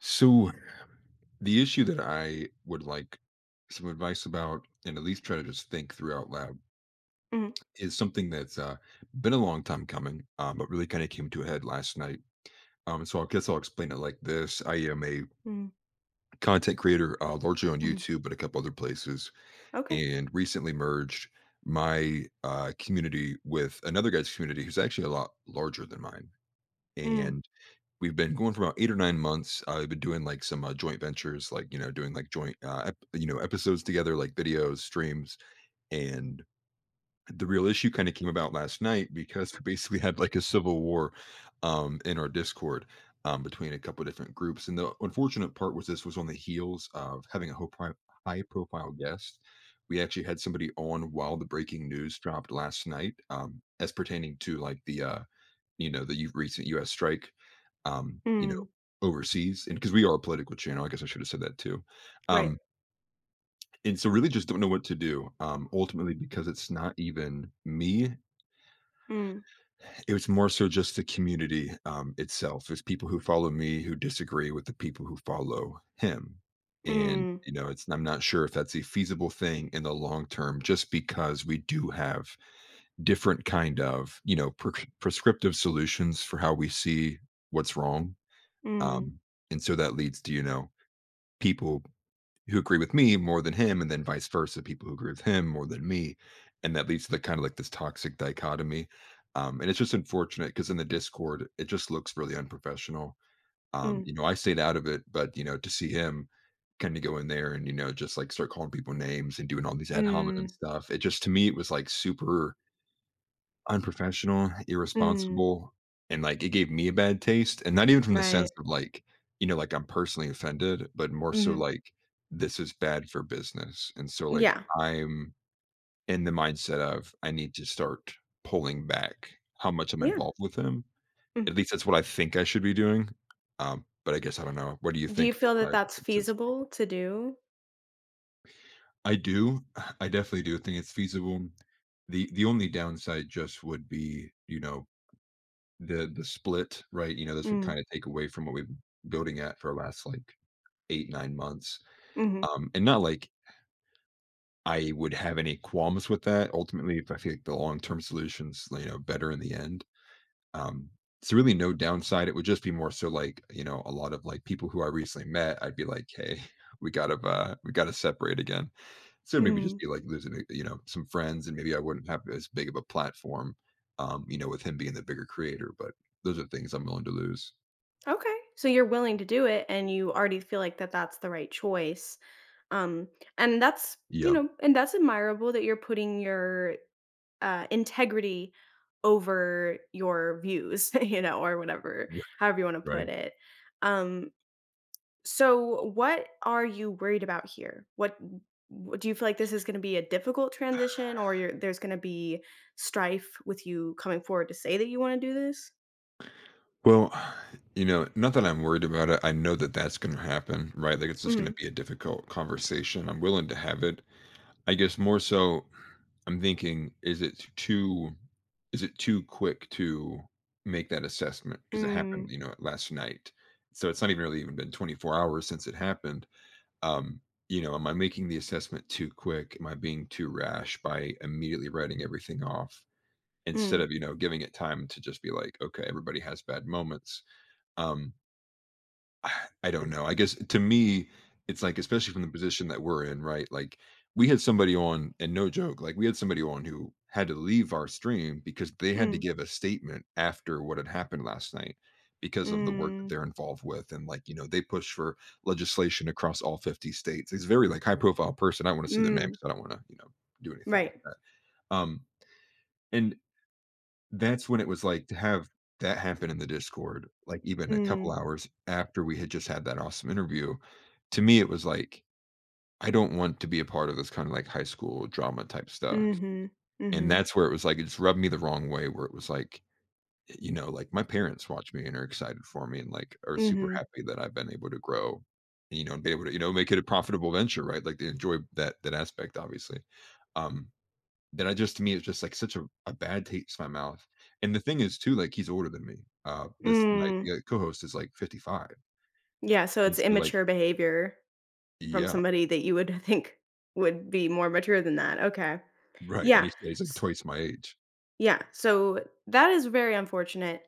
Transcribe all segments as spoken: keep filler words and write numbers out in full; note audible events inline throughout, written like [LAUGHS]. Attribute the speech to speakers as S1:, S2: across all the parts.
S1: So, the issue that I would like some advice about, and at least try to just think through out loud,
S2: Mhm,
S1: is something that's uh, been a long time coming, um, but really kind of came to a head last night. Um, so I guess I'll explain it like this: I am a
S2: mm,
S1: content creator, uh, largely on
S2: mhm.
S1: YouTube, but a couple other places,
S2: Okay.
S1: and recently merged my uh, community with another guy's community who's actually a lot larger than mine.
S2: Mm,
S1: And We've been going for about eight or nine months. I've been doing, like, some, uh, joint ventures, like, you know, doing, like, joint, uh, ep you know, episodes together, like, videos, streams, and the real issue kinda came about last night because we basically had, like, a civil war, um, in our Discord, um, between a couple different groups, and the unfortunate part was this was on the heels of having a ho high profile guest. We actually had somebody on while the breaking news dropped last night, um, as pertaining to, like, the, uh you know, the u recent U S strike, um, you know,
S2: mm,
S1: overseas, and because we are a political channel, I guess I should have said that too.
S2: right.
S1: Um, and so really just don't know what to do, um, ultimately because it's not even me.
S2: Mm,
S1: It was more so just the community, um, itself. It's people who follow me who disagree with the people who follow him. And,
S2: mm,
S1: you know, it's I'm not sure if that's a feasible thing in the long term just because we do have different kind of, you know, prec prescriptive solutions for how we see what's wrong.
S2: mm,
S1: Um, and so that leads to, you know, people who agree with me more than him, and then vice versa, people who agree with him more than me. And that leads to the kind of like this toxic dichotomy. Um, and it's just unfortunate because in the Discord, it just looks really unprofessional. Um,
S2: mm,
S1: you know, I stayed out of it, but you know, to see him kind of go in there and, you know, just like start calling people names and doing all these ad hominem
S2: mm,
S1: stuff, it just to me, it was like super unprofessional,
S2: mm,
S1: irresponsible, and, like, it gave me a bad taste, and not even from the
S2: right.
S1: sense of, like, you know, like, I'm personally offended, but more so,
S2: Mhm.
S1: like, this is bad for business, and so, like,
S2: Yeah.
S1: I'm in the mindset of, I need to start pulling back how much I'm
S2: Yeah.
S1: involved with him.
S2: Mm.
S1: At least that's what I think I should be doing, um, but I guess I don't know. What do you
S2: Do
S1: think
S2: you
S1: from
S2: feel
S1: what I
S2: that that's
S1: can sense?
S2: feasible to do?
S1: I do. I definitely do think it's feasible. The the only downside just would be, you know, The the split, right? You know, this would
S2: Mm,
S1: kinda take away from what we've been building at for the last, like, eight, nine months.
S2: mhm,
S1: Um, and not like I would have any qualms with that. Ultimately, if I feel like the long-term solution's, you know, better in the end. Um, it's really no downside. It would just be more so like, you know, a lot of, like, people who I recently met, I'd be like, "Hey, [LAUGHS] we gotta, uh, we gotta separate again." So maybe just
S2: mm.
S1: be like losing, uh, you know, some friends, and maybe I wouldn't have as big of a platform, um, you know, with him being the bigger creator, but those are things I'm willing to lose.
S2: Okay. So you're willing to do it and you already feel like that that's the right choice. Um and that's, you
S1: Yeah,
S2: know, and that's admirable that you're putting your uh, integrity over your views, [LAUGHS] you know, or whatever, however you want to put
S1: right.
S2: it. Um, so, what are you worried about here? What w- do you feel like this is going to be a difficult transition, or you're, there's going to be strife with you coming forward to say that you want to do this?
S1: Well, you know, not that I'm worried about it, I know that that's gonna happen, right? Like, it's just gonna
S2: Mm,
S1: be a difficult conversation, I'm willing to have it. I guess more so, I'm thinking, is it too is it too quick to make that assessment? Because it
S2: mm,
S1: happened, you know, last night. So it's not even really even been twenty-four hours since it happened. Um, you know, am I making the assessment too quick? Am I being too rash by immediately writing everything off, instead
S2: mm,
S1: of, you know, giving it time to just be like, okay, everybody has bad moments? Um [SIGHS] I, I don't know, I guess to me it's like, especially from the position that we're in, right? Like, we had somebody on, and no joke, like, we had somebody on who had to leave our stream because they had to
S2: mm,
S1: give a statement after what had happened last night, because of the work that
S2: mm,
S1: they're involved with, and, like, you know, they push for legislation across all fifty states. It's very like high profile person. I want to see their name,
S2: mm,
S1: because I don't want to, you know, do anything like
S2: right.
S1: that. um and that's when it was like, to have that happen in the Discord, like, even a couple
S2: Mm,
S1: hours after we had just had that awesome interview, to me, it was like, I don't want to be a part of this kind of, like, high school drama type stuff,
S2: mm-hmm,
S1: and
S2: mm-hmm,
S1: that's where it was like, it just rubbed me the wrong way, where it was like, you know, like, my parents watch me and are excited for me and, like, are super
S2: mm-hmm,
S1: happy that I've been able to grow, you know, and be able to, you know, make it a profitable venture, right? Like, they enjoy that that aspect, obviously. Um that I just to me, it's just, like, such a a bad taste in my mouth, and the thing is too, like, he's older than me. Uh, this my,
S2: mm.
S1: uh, co-host is, like, fifty-five,
S2: Yeah, so
S1: and
S2: it's
S1: so, like,
S2: immature behavior. From
S1: yeah,
S2: somebody that you would [LAUGHS] think would be more mature than that, okay.
S1: right, and
S2: Yeah,
S1: he's he's, like,
S2: s
S1: twice my age.
S2: yeah, so that is very unfortunate,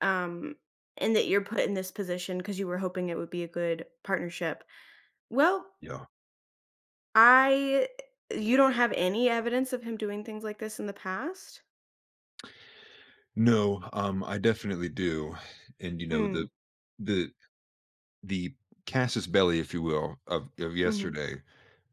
S2: um, and that you're put in this position because you were hoping it would be a good partnership. Well,
S1: Yeah.
S2: I you don't have any evidence of him doing things like this in the past?
S1: No, um, I definitely do, and, you know,
S2: Mm,
S1: the the the Casus belly, if you will, of of
S2: mhm,
S1: yesterday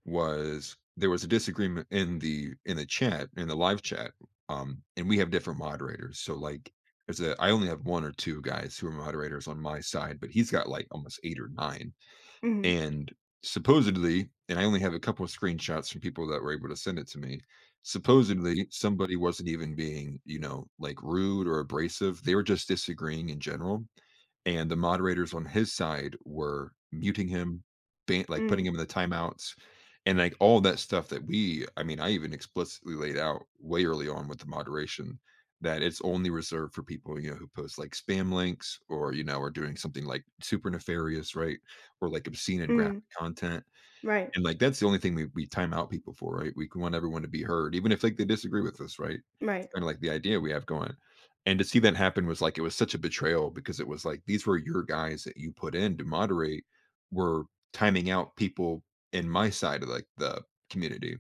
S1: was there was a disagreement in the in the chat, in the live chat, um, and we have different moderators. So like there's a I only have one or two guys who are moderators on my side, but he's got like almost eight or nine.
S2: mhm,
S1: And supposedly, and I only have a couple of screenshots from people that were able to send it to me. Supposedly, somebody wasn't even being, you know, like rude or abrasive. They were just disagreeing in general, and the moderators on his side were muting him, ban like, putting
S2: mm,
S1: him in the timeouts, and, like, all that stuff that we I mean, I even explicitly laid out way early on with the moderation that it's only reserved for people, you know, who post, like, spam links or, you know, are doing something, like, super nefarious, right? Or, like, obscene and graphic
S2: mm,
S1: content.
S2: right,
S1: And, like, that's the only thing we we time out people for, right? We want everyone to be heard, even if, like, they disagree with us, right? It's
S2: right,
S1: kinda like the idea we have going. And to see that happen was, like, it was such a betrayal because it was like, these were your guys that you put in to moderate were timing out people in my side of, like, the community.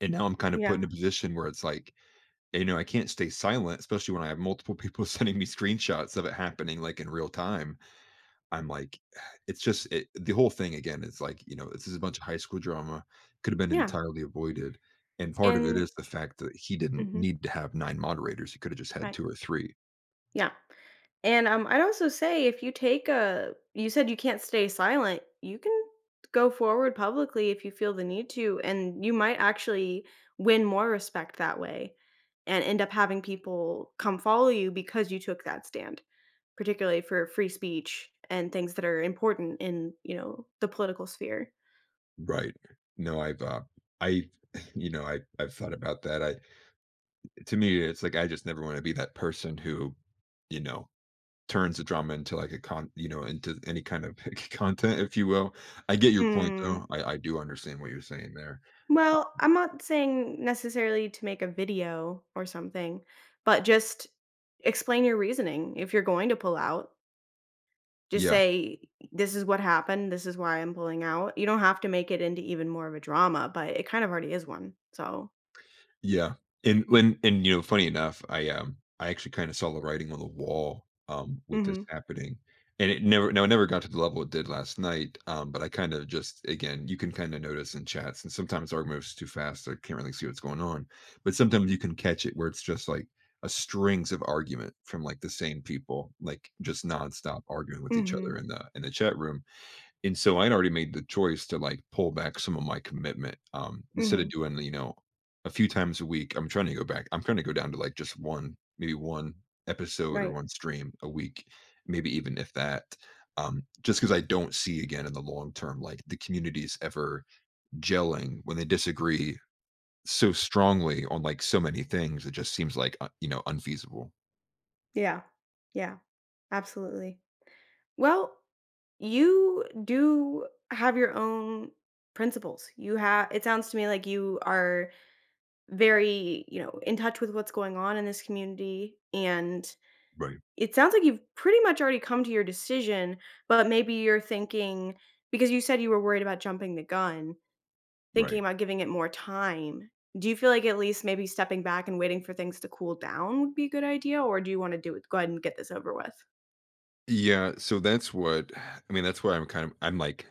S1: And now I'm kind of put
S2: yeah,
S1: in a position where it's like, you know, I can't stay silent, especially when I have multiple people [LAUGHS] sending me screenshots of it happening, like, in real time. I'm like, [SIGHS] it's just it, the whole thing again is like, you know, this is a bunch of high school drama, could have been
S2: yeah,
S1: entirely avoided. And part of it
S2: and
S1: is the fact that he didn't
S2: mhm,
S1: need to have nine moderators. He could have just had
S2: right,
S1: two or three.
S2: yeah. And, um, I'd also say if you take a you said you can't stay silent, you can go forward publicly if you feel the need to, and you might actually win more respect that way and end up having people come follow you because you took that stand particularly for free speech and things that are important in, you know, the political sphere.
S1: Right. No, I've, uh, I, [LAUGHS] you know, I, I've thought about that. I, to me, it's like, I just never want to be that person who, you know, turns the drama into like a con, you know, into any kind of [LAUGHS] content, if you will. I get your point
S2: Mm,
S1: though. I, I do understand what you're saying there.
S2: well, I'm not saying necessarily to make a video or something, but just explain your reasoning if you're going to pull out. Just
S1: Yeah.
S2: say, "This is what happened. This is why I'm pulling out." You don't have to make it into even more of a drama, but it kind of already is one. So.
S1: Yeah. And when and you know, funny enough, I um I actually kind of saw the writing on the wall um with this
S2: Mhm.
S1: happening. And it never now it never got to the level it did last night. Um, but I kind of just again, you can kind of notice in chats, and sometimes our moves too fast. I can't really see what's going on. But sometimes you can catch it where it's just like a strings of argument from like the same people, like just nonstop arguing with each other
S2: Mhm.
S1: in the in the chat room, and so I'd already made the choice to, like, pull back some of my commitment, um, instead of
S2: Mhm.
S1: doing, you know, a few times a week, I'm trying to go back I'm trying to go down to, like, just one, maybe one episode or
S2: Right.
S1: one stream a week, maybe even if that, um, just because I don't see again in the long term, like, the communities ever gelling when they disagree so strongly on, like, so many things. It just seems like, uh, you know, unfeasible.
S2: Yeah. Yeah. Absolutely. Well, you do have your own principles. You have it sounds to me like you are very, you know, in touch with what's going on in this community, and
S1: Right,
S2: it sounds like you've pretty much already come to your decision, but maybe you're thinking because you said you were worried about jumping the gun, thinking
S1: right.
S2: about giving it more time. Do you feel like at least maybe stepping back and waiting for things to cool down would be a good idea, or do you want to do it? Go ahead and get this over with.
S1: Yeah, so that's what I mean, that's why I'm kind of I'm, like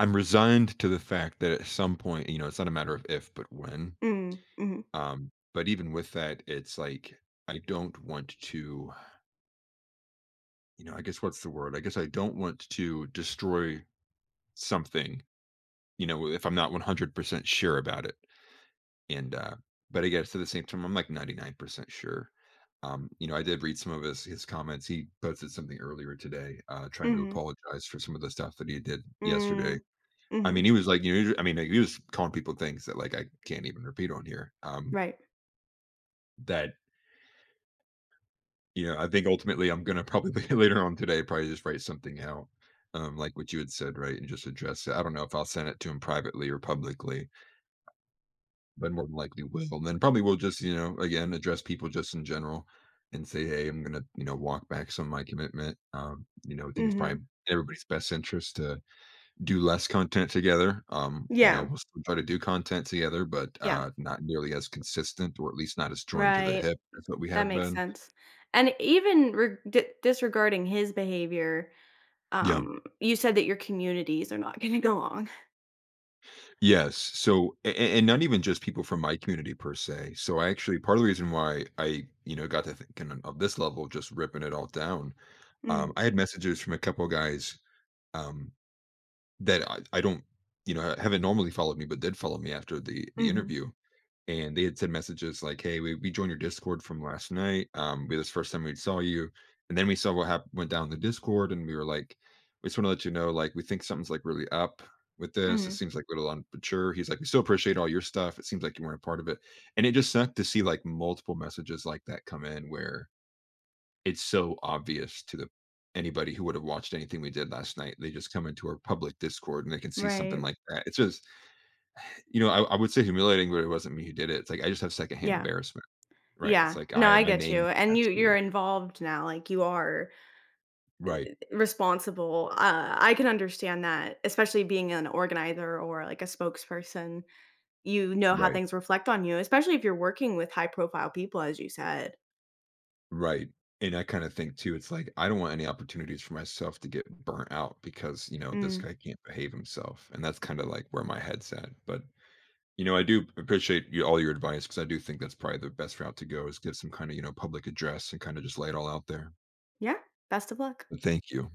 S1: I'm resigned to the fact that at some point, you know, it's not a matter of if, but when.
S2: Mm, mhm,
S1: Um, but even with that, it's like I don't want to, you know, I guess what's the word? I guess I don't want to destroy something, you know, if I'm not one hundred percent sure about it. And, uh, but I guess at the same time, I'm like ninety-nine percent sure. Um, you know, I did read some of his his comments. He posted something earlier today, uh, trying to
S2: mhm,
S1: apologize for some of the stuff that he did yesterday.
S2: mm,
S1: I
S2: mhm,
S1: mean, he was like, you know, I mean, like, he was calling people things that like I can't even repeat on here. Um,
S2: right,
S1: that You know, I think ultimately I'm gonna probably [LAUGHS] later on today probably just write something out, um, like what you had said, right, and just address it. I don't know if I'll send it to him privately or publicly, but more than likely will. And then probably we'll just, you know, again address people just in general and say, hey, I'm gonna, you know, walk back some of my commitment. Um, you know, I think it's probably
S2: mhm.
S1: in everybody's best interest to do less content together. Um, you know,
S2: Yeah,
S1: we'll still try to do content together, but,
S2: yeah,
S1: uh, not nearly as consistent, or at least not as joined to the
S2: right.
S1: hip as what we
S2: That
S1: have
S2: makes
S1: been.
S2: sense. And even re- di disregarding his behavior,
S1: Yeah.
S2: Um, you said that your communities are not gonna go along.
S1: Yes. So a and not even just people from my community per se. So I Actually, part of the reason why I, you know, got to thinking of this level, just ripping it all down, um,
S2: Mm,
S1: I had messages from a couple of guys, um, that I I don't, you know, haven't normally followed me, but did follow me after the the
S2: mhm,
S1: interview. And they had sent messages like, "Hey, we, we joined your Discord from last night. Um, we This first time we saw you, and then we saw what happened went down in the Discord, and we were like, we just want to let you know, like, we think something's like really up with this. It
S2: mhm,
S1: seems like a little unmature." He's like, "We still appreciate all your stuff. It seems like you weren't a part of it," and it just sucked to see like multiple messages like that come in where it's so obvious to the anybody who would have watched anything we did last night, they just come into our public Discord and they can see something
S2: right.
S1: like that. It's just, you know, I I would say humiliating, but it wasn't me who did it. It's like I just have secondhand
S2: Yeah,
S1: embarrassment, right? It's
S2: yeah.
S1: like
S2: No,
S1: I
S2: I
S1: my
S2: get you,
S1: name
S2: and you
S1: attached to
S2: you're
S1: it.
S2: involved now, like, you are
S1: Right,
S2: responsible. Uh, I can understand that, especially being an organizer or, like, a spokesperson. You know how
S1: right,
S2: things reflect on you, especially if you're working with high profile people, as you said.
S1: right. And I kind of think too, it's like I don't want any opportunities for myself to get burnt out because, you know, this
S2: Mm,
S1: guy can't behave himself. And that's kind of like where my head's at. But you know, I do appreciate you, all your advice, because I do think that's probably the best route to go, is give some kind of, you know, public address and kind of just lay it all out there.
S2: yeah, best of luck.
S1: But thank you.